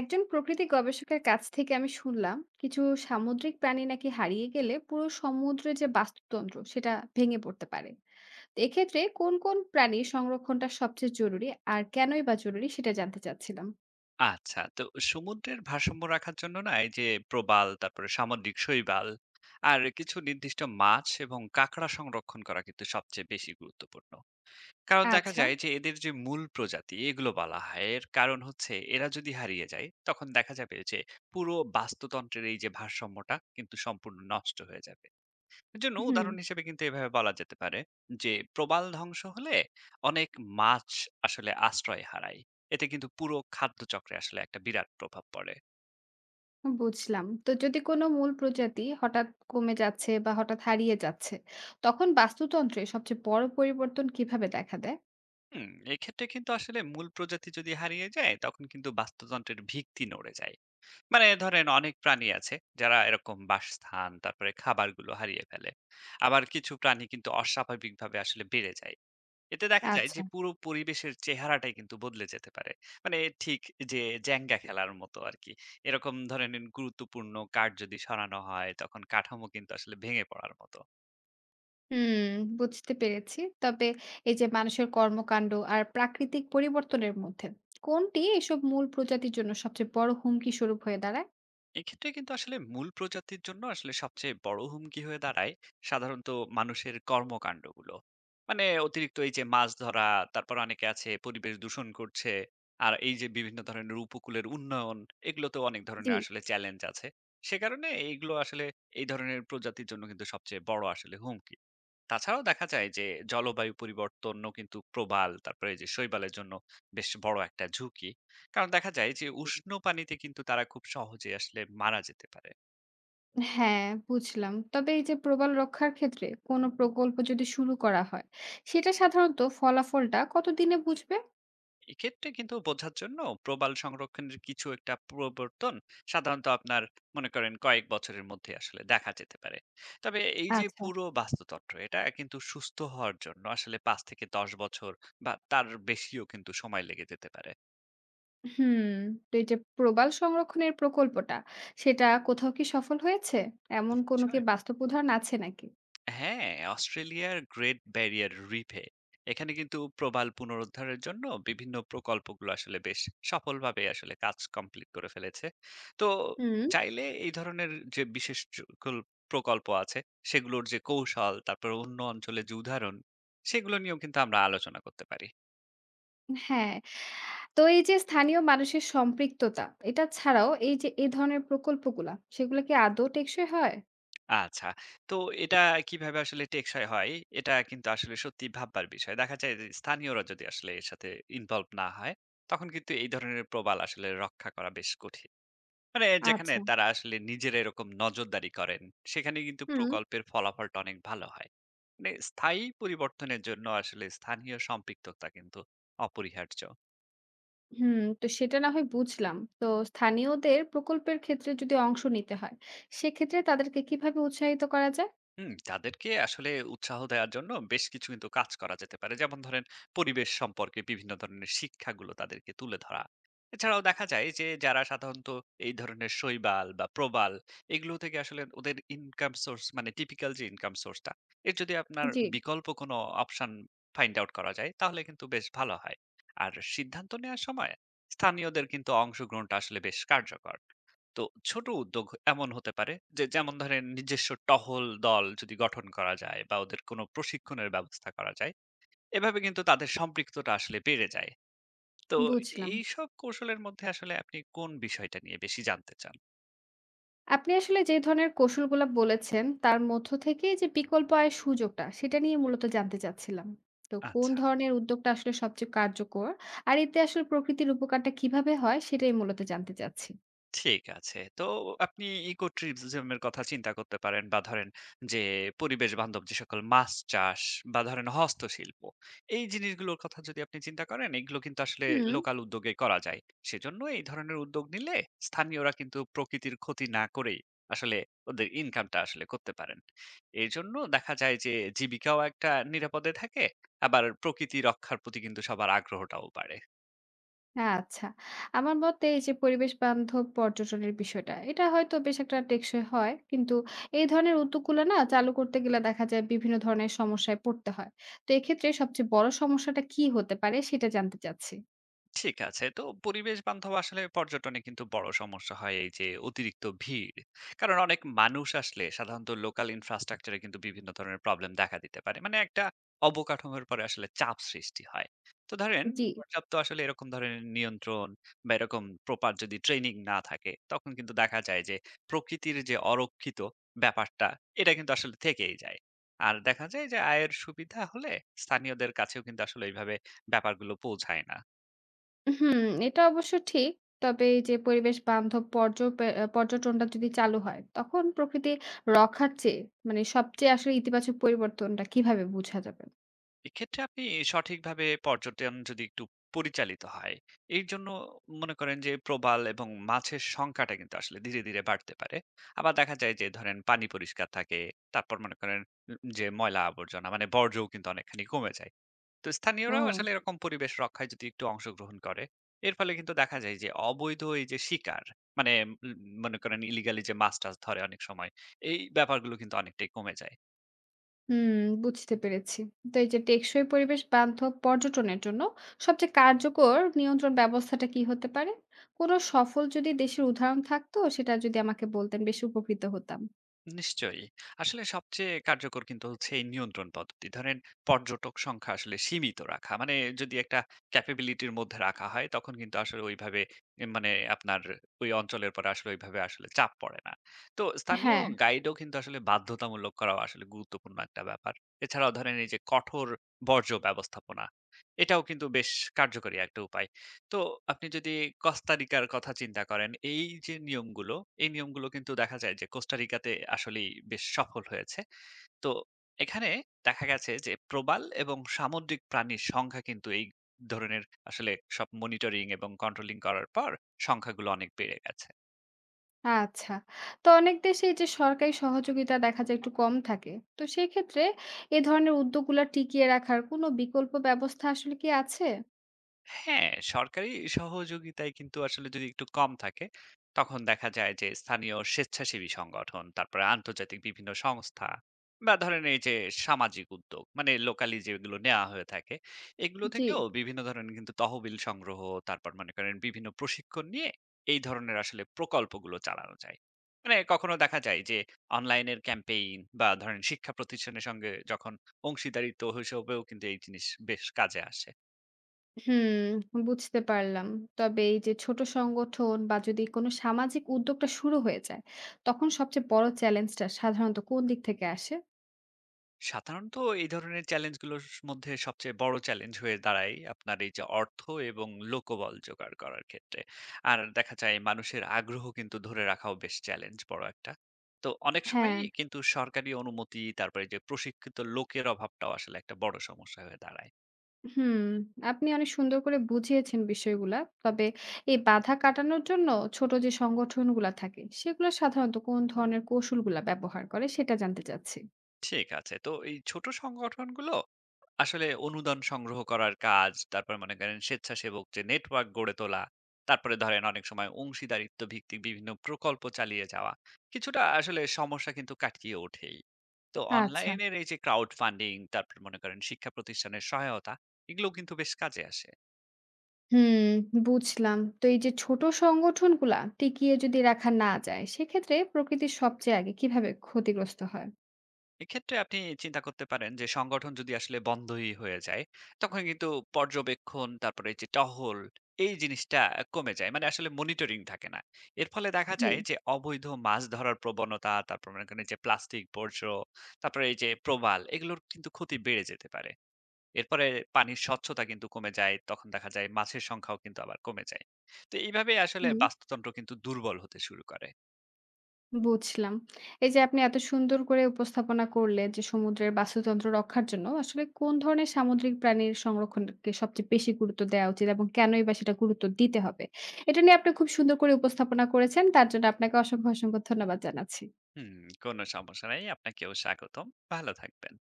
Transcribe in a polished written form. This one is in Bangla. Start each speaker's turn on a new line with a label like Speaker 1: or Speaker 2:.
Speaker 1: একজন প্রকৃতি গবেষকের কাছ থেকে আমি শুনলাম কিছু সামুদ্রিক প্রাণী নাকি হারিয়ে গেলে পুরো সমুদ্রের যে বাস্তুতন্ত্র সেটা ভেঙে পড়তে পারে। তো এক্ষেত্রে কোন কোন প্রাণীর সংরক্ষণটা সবচেয়ে জরুরি আর কেনই বা জরুরি সেটা জানতে চাচ্ছিলাম।
Speaker 2: আচ্ছা, তো সমুদ্রের ভারসাম্য রাখার জন্য না এই যে প্রবাল, তারপরে সামুদ্রিক শৈবাল আর কিছু নির্দিষ্ট মাছ এবং কাঁকড়া সংরক্ষণ করা কিন্তু সবচেয়ে বেশি গুরুত্বপূর্ণ। কারণ দেখা
Speaker 1: আচ্ছা।
Speaker 2: যায় যে এদের যে মূল প্রজাতি এগুলো বলা হয়। এর কারণ হচ্ছে এরা যদি হারিয়ে যায় তখন দেখা যাবে যে পুরো বাস্তুতন্ত্রের এই যে ভারসাম্যটা কিন্তু সম্পূর্ণ নষ্ট হয়ে যাবে। এর জন্য
Speaker 1: হুম।
Speaker 2: উদাহরণ হিসেবে কিন্তু এভাবে বলা যেতে পারে যে প্রবাল ধ্বংস হলে অনেক মাছ আসলে আশ্রয় হারায়। এতে কিন্তু পুরো খাদ্যচক্রে আসলে একটা বিরাট প্রভাব পড়ে।
Speaker 1: বুঝলাম। তো যদি কোনো মূল প্রজাতি হঠাৎ কমে যাচ্ছে বা হঠাৎ হারিয়ে যাচ্ছে, তখন বাস্তুতন্ত্রে সবচেয়ে বড় পরিবর্তন কিভাবে দেখা দেয়?
Speaker 2: হুম, এক্ষেত্রে কিন্তু আসলে মূল প্রজাতি যদি হারিয়ে যায় তখন কিন্তু বাস্তুতন্ত্রের ভিত্তি নড়ে যায়। মানে ধরেন অনেক প্রাণী আছে যারা এরকম বাসস্থান তারপরে খাবারগুলো হারিয়ে ফেলে। আবার কিছু প্রাণী কিন্তু অস্বাভাবিকভাবে আসলে বেড়ে যায়। এতে দেখা যায় যে
Speaker 1: আচ্ছা।
Speaker 2: পুরো পরিবেশের চেহারাটাই কিন্তু বদলে যেতে পারে। মানে ঠিক যে জেঙ্গা খেলার মতো আরকি। এরকম ধরে নিন গুরুত্বপূর্ণ কাঠ যদি সরানো হয় তখন কাঠামো কিন্তু আসলে ভেঙে পড়ার মতো।
Speaker 1: হুম, বুঝতে পেরেছি। তবে এই যে মানুষের কর্মকাণ্ড আর প্রাকৃতিক পরিবর্তনের মধ্যে কোনটি এসব মূল প্রজাতির জন্য সবচেয়ে বড় হুমকি স্বরূপ হয়ে দাঁড়ায়?
Speaker 2: এক্ষেত্রে কিন্তু আসলে মূল প্রজাতির জন্য আসলে সবচেয়ে বড় হুমকি হয়ে দাঁড়ায় সাধারণত মানুষের কর্মকাণ্ডগুলো। মানে অতিরিক্ত এই যে মাছ ধরা, তারপর অনেকে আছে পরিবেশ দূষণ করছে, আর এই যে বিভিন্ন ধরনের উপকূলের উন্নয়ন, এগুলোতেও অনেক
Speaker 1: জি।
Speaker 2: ধরনের আসলে চ্যালেঞ্জ আছে। সে কারণে এইগুলো আসলে এই ধরনের প্রজাতির জন্য কিন্তু সবচেয়ে বড় আসলে হুমকি। তাছাড়াও দেখা যায় যে জলবায়ু পরিবর্তনও কিন্তু প্রবাল তারপরে এই যে শৈবালের জন্য বেশ বড় একটা ঝুঁকি। কারণ দেখা যায় যে উষ্ণ পানিতে কিন্তু তারা খুব সহজে আসলে মারা যেতে পারে।
Speaker 1: হ্যাঁ, বুঝলাম। তবে এই যে প্রবাল রক্ষার ক্ষেত্রে কোনো প্রকল্প যদি শুরু করা হয়, সেটা সাধারণত ফলাফলটা কতদিনে বুঝবে?
Speaker 2: এক্ষেত্রে কিন্তু বোঝার জন্য প্রবাল সংরক্ষণের কিছু একটা পরিবর্তন সাধারণত আপনার মনে করেন কয়েক বছরের মধ্যে আসলে দেখা যেতে পারে। তবে এই যে
Speaker 1: আচ্ছা।
Speaker 2: পুরো বাস্তুতন্ত্র, এটা কিন্তু সুস্থ হওয়ার জন্য আসলে 5 থেকে 10 বছর বা তার বেশিও কিন্তু সময় লেগে যেতে পারে।
Speaker 1: হুম, তো এই যে প্রবাল সংরক্ষণের প্রকল্পটা, সেটা কোথাও কি সফল হয়েছে? এমন কোনো কি
Speaker 2: নিশ্চয়ই।
Speaker 1: বাস্তব উদাহরণ আছে নাকি?
Speaker 2: হ্যাঁ, অস্ট্রেলিয়ার গ্রেট ব্যারিয়ার রিফে এখানে কিন্তু প্রবাল পুনরুদ্ধারের জন্য বিভিন্ন প্রকল্পগুলো আসলে বেশ সফলভাবে আসলে কাজ কমপ্লিট করে ফেলেছে। তো
Speaker 1: হুম।
Speaker 2: চাইলে এই ধরনের যে বিশেষ সকল প্রকল্প আছে, সেগুলোর যে কৌশল তারপর অন্য অঞ্চলে যে উদাহরণ, সেগুলো নিয়েও কিন্তু আমরা আলোচনা করতে পারি।
Speaker 1: হ্যাঁ। তো এই যে স্থানীয় মানুষের সম্পৃক্ততা, এটা ছাড়াও এই যে এই ধরনের প্রকল্পগুলা, সেগুলা কি আদৌ টেকসই হয়?
Speaker 2: আচ্ছা, তো এটা কিভাবে আসলে টেকসই হয়, এটা কিন্তু আসলে সত্যিই ভাববার বিষয়। দেখা যায় যে স্থানীয়রা যদি আসলে এর সাথে ইনভলভ না হয়, তখন কিন্তু এই ধরনের প্রবাল আসলে রক্ষা করা বেশ কঠিন। মানে যেখানে
Speaker 1: আচ্ছা।
Speaker 2: তারা আসলে নিজেরা এরকম নজরদারি করেন, সেখানে কিন্তু
Speaker 1: হুম।
Speaker 2: প্রকল্পের ফলাফলটা অনেক ভালো হয়। মানে স্থায়ী পরিবর্তনের জন্য আসলে স্থানীয় সম্পৃক্ততা কিন্তু অপরিহার্য।
Speaker 1: তো সেটা না হয় বুঝলাম। তো স্থানীয়দের প্রকল্পের ক্ষেত্রে যদি অংশ নিতে হয়, সেক্ষেত্রে তাদেরকে কিভাবে উৎসাহিত করা যায়?
Speaker 2: হুম, তাদেরকে আসলে উৎসাহ দেওয়ার জন্য বেশ কিছু কিন্তু কাজ করা যেতে পারে। যেমন ধরেন পরিবেশ সম্পর্কে বিভিন্ন ধরনের শিক্ষাগুলো তাদেরকে তুলে ধরা। এছাড়াও দেখা যায় যে যারা সাধারণত এই ধরনের শৈবাল বা প্রবাল এগুলো থেকে আসলে ওদের ইনকাম সোর্স, মানে টিপিক্যাল যে ইনকাম সোর্সটা, এর যদি আপনার
Speaker 1: জি,
Speaker 2: বিকল্প কোনো অপশন ফাইন্ড আউট করা যায় তাহলে কিন্তু বেশ ভালো হয়। আর সিদ্ধান্ত নেওয়ার সময় স্থানীয়দের কিন্তু অংশগ্রহণটা আসলে বেশ কার্যকর। তো ছোট উদ্যোগ এমন হতে পারে যে যেমন ধরেন নিজস্ব টহল দল যদি গঠন করা যায় বা ওদের কোনো প্রশিক্ষণের ব্যবস্থা করা যায়, এভাবে কিন্তু তাদের সম্পৃক্ততা আসলে বেড়ে যায়। তো
Speaker 1: বুঝলাম।
Speaker 2: এইসব কৌশলের মধ্যে আসলে আপনি কোন বিষয়টা নিয়ে বেশি জানতে চান?
Speaker 1: আপনি আসলে যে ধরনের কৌশলগুলা বলেছেন, তার মধ্য থেকে যে বিকল্প আয়ের সুযোগটা, সেটা নিয়ে মূলত জানতে চাচ্ছিলাম। তো কোন
Speaker 2: আচ্ছা,
Speaker 1: ধরনের উদ্যোগটা আসলে সবচেয়ে কার্যকর? আর এতে আসলে প্রকৃতির উপকারটা কিভাবে হয়, সেটাই মূলত জানতে চাচ্ছি।
Speaker 2: ঠিক আছে। তো আপনি ইকো ট্রিপজম এর কথা চিন্তা করতে পারেন বা ধরেন যে পরিবেশ বান্ধব যে সকল মাছ চাষ বা ধরেন হস্তশিল্প, এই জিনিসগুলোর কথা যদি আপনি চিন্তা করেন এগুলো কিন্তু আসলে
Speaker 1: হুম।
Speaker 2: লোকাল উদ্যোগে করা যায়। সেজন্য এই ধরনের উদ্যোগ নিলে স্থানীয়রা কিন্তু প্রকৃতির ক্ষতি না করেই আসলে ওদের ইনকামটা আসলে করতে পারেন। এজন্য দেখা যায় যে জীবিকাও একটা নিরাপদে থাকে, আবার প্রকৃতি রক্ষার প্রতি কিন্তু সবার আগ্রহটাও বাড়ে।
Speaker 1: আচ্ছা। আমার মতে এই যে পরিবেশ বান্ধব পর্যটনের বিষয়টা, এটা হয়তো বেশ একটা টেকসই হয়। কিন্তু এই ধরনের উদ্যোগগুলো না চালু করতে গেলে দেখা যায় বিভিন্ন ধরনের সমস্যায় পড়তে হয়। তো এক্ষেত্রে সবচেয়ে বড় সমস্যাটা কি হতে পারে, সেটা জানতে চাচ্ছি।
Speaker 2: ঠিক আছে। তো পরিবেশ বান্ধব আসলে পর্যটনে কিন্তু বড় সমস্যা হয় এই যে অতিরিক্ত ভিড়। কারণ অনেক মানুষ আসলে সাধারণত লোকাল ইনফ্রাস্ট্রাকচার এ কিন্তু বিভিন্ন ধরনের প্রবলেম দেখা দিতে পারে। মানে একটা অবকাঠামোর পরে আসলে চাপ সৃষ্টি হয়। তো ধরেন
Speaker 1: জি।
Speaker 2: পর্যাপ্ত আসলে এরকম ধরনের নিয়ন্ত্রণ বা এরকম প্রপার যদি ট্রেনিং না থাকে তখন কিন্তু দেখা যায় যে প্রকৃতির যে অরক্ষিত ব্যাপারটা এটা কিন্তু আসলে থেকেই যায়। আর দেখা যায় যে আয়ের সুবিধা হলে স্থানীয়দের কাছেও কিন্তু আসলে এইভাবে ব্যাপারগুলো পৌঁছায় না।
Speaker 1: হুম, এটা অবশ্য ঠিক। তবে এই যে পরিবেশ বান্ধব পর্যটনটা যদি চালু হয়, তখন প্রকৃতি রক্ষার চেয়ে মানে সবচেয়ে আসলে ইতিবাচক পরিবর্তনটা কিভাবে বোঝা যাবে?
Speaker 2: এক্ষেত্রে আপনি সঠিকভাবে পর্যটন যদি একটু পরিচালিত হয় এর জন্য মনে করেন যে প্রবাল এবং মাছের সংখ্যাটা কিন্তু আসলে ধীরে ধীরে বাড়তে পারে। আবার দেখা যায় যে ধরেন পানি পরিষ্কার থাকে, তারপর মনে করেন যে ময়লা আবর্জনা মানে বর্জ্যও কিন্তু অনেকখানি কমে যায়। তো স্থানীয়রাও
Speaker 1: ও।
Speaker 2: আসলে এরকম পরিবেশ রক্ষায় যদি একটু অংশগ্রহণ করে এর ফলে কিন্তু দেখা যায় যে অবৈধ এই যে শিকার, মানে উম, মনে করেন ইলিগালি যে মাছ টাছ ধরে অনেক সময়, এই ব্যাপারগুলো কিন্তু অনেকটাই কমে যায়।
Speaker 1: হুম, বুঝতে পেরেছি। তো এই যে টেকসই পরিবেশ বান্ধব পর্যটনের জন্য সবচেয়ে কার্যকর নিয়ন্ত্রণ ব্যবস্থাটা কি হতে পারে? কোনো সফল যদি দেশের উদাহরণ থাকতো সেটা যদি আমাকে বলতেন বেশ উপকৃত হতাম।
Speaker 2: নিশ্চয়ই। আসলে সবচেয়ে কার্যকর কিন্তু হচ্ছে এই নিয়ন্ত্রণ পদ্ধতি। ধরেন পর্যটক সংখ্যা আসলে সীমিত রাখা। মানে যদি একটা ক্যাপাবিলিটি এর মধ্যে রাখা হয় তখন কিন্তু আসলে ওইভাবে এ মানে আপনার ওই অঞ্চলের পরে আসলে ওইভাবে আসলে চাপ পড়ে না। তো স্থানীয়
Speaker 1: হ্যাঁ।
Speaker 2: গাইডও কিন্তু আসলে বাধ্যতামূলক করাও আসলে গুরুত্বপূর্ণ একটা ব্যাপার। এছাড়াও ধরেন এই যে কঠোর বর্জ্য ব্যবস্থাপনা, এটাও কিন্তু বেশ কার্যকরী একটা উপায়। তো আপনি যদি কস্তারিকার কথা চিন্তা করেন, এই যে নিয়মগুলো, এই নিয়মগুলো কিন্তু দেখা যায় যে কোস্টারিকাতে আসলেই বেশ সফল হয়েছে। তো এখানে দেখা গেছে যে প্রবাল এবং সামুদ্রিক প্রাণীর সংখ্যা কিন্তু এই ধরনের আসলে সব মনিটরিং এবং কন্ট্রোলিং করার পর সংখ্যাগুলো অনেক বেড়ে গেছে।
Speaker 1: আচ্ছা। তো অনেক দেশে এই যে সরকারি সহযোগিতা দেখা যায় একটু কম থাকে। তো সেই ক্ষেত্রে এ ধরনের উদ্যোগগুলা টিকিয়ে রাখার কোনো বিকল্প ব্যবস্থা আসলে কি আছে?
Speaker 2: হ্যাঁ, সরকারি সহযোগিতায় কিন্তু আসলে যদি একটু কম থাকে, তখন দেখা যায় যে স্থানীয় স্বেচ্ছাসেবী সংগঠন, তারপরে আন্তর্জাতিক বিভিন্ন সংস্থা বা ধরেন এই যে সামাজিক উদ্যোগ, মানে লোকালি যেগুলো নেওয়া হয়ে থাকে, এগুলো
Speaker 1: জি।
Speaker 2: থেকেও বিভিন্ন ধরনের কিন্তু তহবিল সংগ্রহ, তারপর মনে করেন বিভিন্ন প্রশিক্ষণ নিয়ে এই ধরনের আসলে প্রকল্পগুলো চালানো যায়। মানে কখনো দেখা যায় যে অনলাইনের ক্যাম্পেইন বা ধরেন শিক্ষা প্রতিষ্ঠানের সঙ্গে যখন অংশীদারিত্ব হিসেবেও কিন্তু এই জিনিস বেশ কাজে আসে।
Speaker 1: হুম, বুঝতে পারলাম। তবে এই যে ছোট সংগঠন বা যদি কোনো সামাজিক উদ্যোগটা শুরু হয়ে যায়, তখন সবচেয়ে বড় চ্যালেঞ্জটা সাধারণত কোন দিক থেকে আসে?
Speaker 2: সাধারণত এই ধরনের চ্যালেঞ্জগুলোর মধ্যে সবচেয়ে বড় চ্যালেঞ্জ হয়ে দাঁড়ায় আপনার এই যে অর্থ এবং লোকবল জোগাড় করার ক্ষেত্রে। আর দেখা যায় মানুষের আগ্রহ কিন্তু ধরে রাখাও বেশ চ্যালেঞ্জ বড় একটা। তো অনেক সময়
Speaker 1: হ্যাঁ।
Speaker 2: কিন্তু সরকারি অনুমতি তারপরে যে প্রশিক্ষিত লোকের অভাবটাও আসলে একটা বড় সমস্যা হয়ে দাঁড়ায়।
Speaker 1: হুম, আপনি অনেক সুন্দর করে বুঝিয়েছেন বিষয়গুলা। তবে এই বাধা কাটানোর জন্য ছোট যে সংগঠনগুলা থাকে, সেগুলা সাধারণত কোন ধরনের কৌশলগুলা ব্যবহার করে সেটা জানতে চাচ্ছি।
Speaker 2: ঠিক আছে। তো এই ছোট সংগঠনগুলো আসলে অনুদান সংগ্রহ করার কাজ, তারপরে মনে করেন স্বেচ্ছাসেবক যে নেটওয়ার্ক গড়ে তোলা, তারপরে ধরেন অনেক সময় অংশীদারিত্ব ভিত্তিক বিভিন্ন প্রকল্প চালিয়ে যাওয়া, কিছুটা আসলে সমস্যা কিন্তু কাটিয়ে ওঠেই। তো
Speaker 1: আচ্ছা।
Speaker 2: অনলাইনের এই যে ক্রাউড ফান্ডিং, তারপর মনে করেন শিক্ষা প্রতিষ্ঠানের সহায়তা, এগুলো কিন্তু বেশ কাজে আসে।
Speaker 1: হুম, বুঝলাম। তো এই যে ছোট সংগঠনগুলা টিকিয়ে যদি রাখা না যায়, সেক্ষেত্রে প্রকৃতির সবচেয়ে আগে কিভাবে ক্ষতিগ্রস্ত হয়?
Speaker 2: এক্ষেত্রে আপনি চিন্তা করতে পারেন যে সংগঠন যদি আসলে বন্ধই হয়ে যায় তখন কিন্তু পর্যবেক্ষণ তারপরে এই যে টহল, এই জিনিসটা কমে যায়, মানে আসলে মনিটরিং থাকে না। এর ফলে দেখা
Speaker 1: জি।
Speaker 2: যায় যে অবৈধ মাছ ধরার প্রবণতা, তারপর মনে করেন যে প্লাস্টিক বর্জ্য, তারপরে এই যে প্রবাল, এগুলোর কিন্তু ক্ষতি বেড়ে যেতে পারে। এরপরে পানির স্বচ্ছতা কিন্তু কমে যায় তখন দেখা যায় মাছের সংখ্যাও কিন্তু আবার কমে যায়। তো এইভাবে আসলে
Speaker 1: হুম।
Speaker 2: বাস্তুতন্ত্র কিন্তু দুর্বল হতে শুরু করে।
Speaker 1: বুঝলাম। এই যে আপনি এত সুন্দর করে উপস্থাপনা করলেন যে সমুদ্রের বাস্তুতন্ত্র রক্ষার জন্য আসলে কোন ধরনের সামুদ্রিক প্রাণীর সংরক্ষণকে সবচেয়ে বেশি গুরুত্ব দেওয়া উচিত এবং কেনই বা সেটা গুরুত্ব দিতে হবে? এটা নিয়ে আপনি খুব সুন্দর করে উপস্থাপনা করেছেন। তার জন্য আপনাকে অসংখ্য, অসংখ্য ধন্যবাদ জানাচ্ছি।
Speaker 2: হুম, কোনো সমস্যা নেই, আপনাকেও স্বাগতম। ভালো থাকবেন।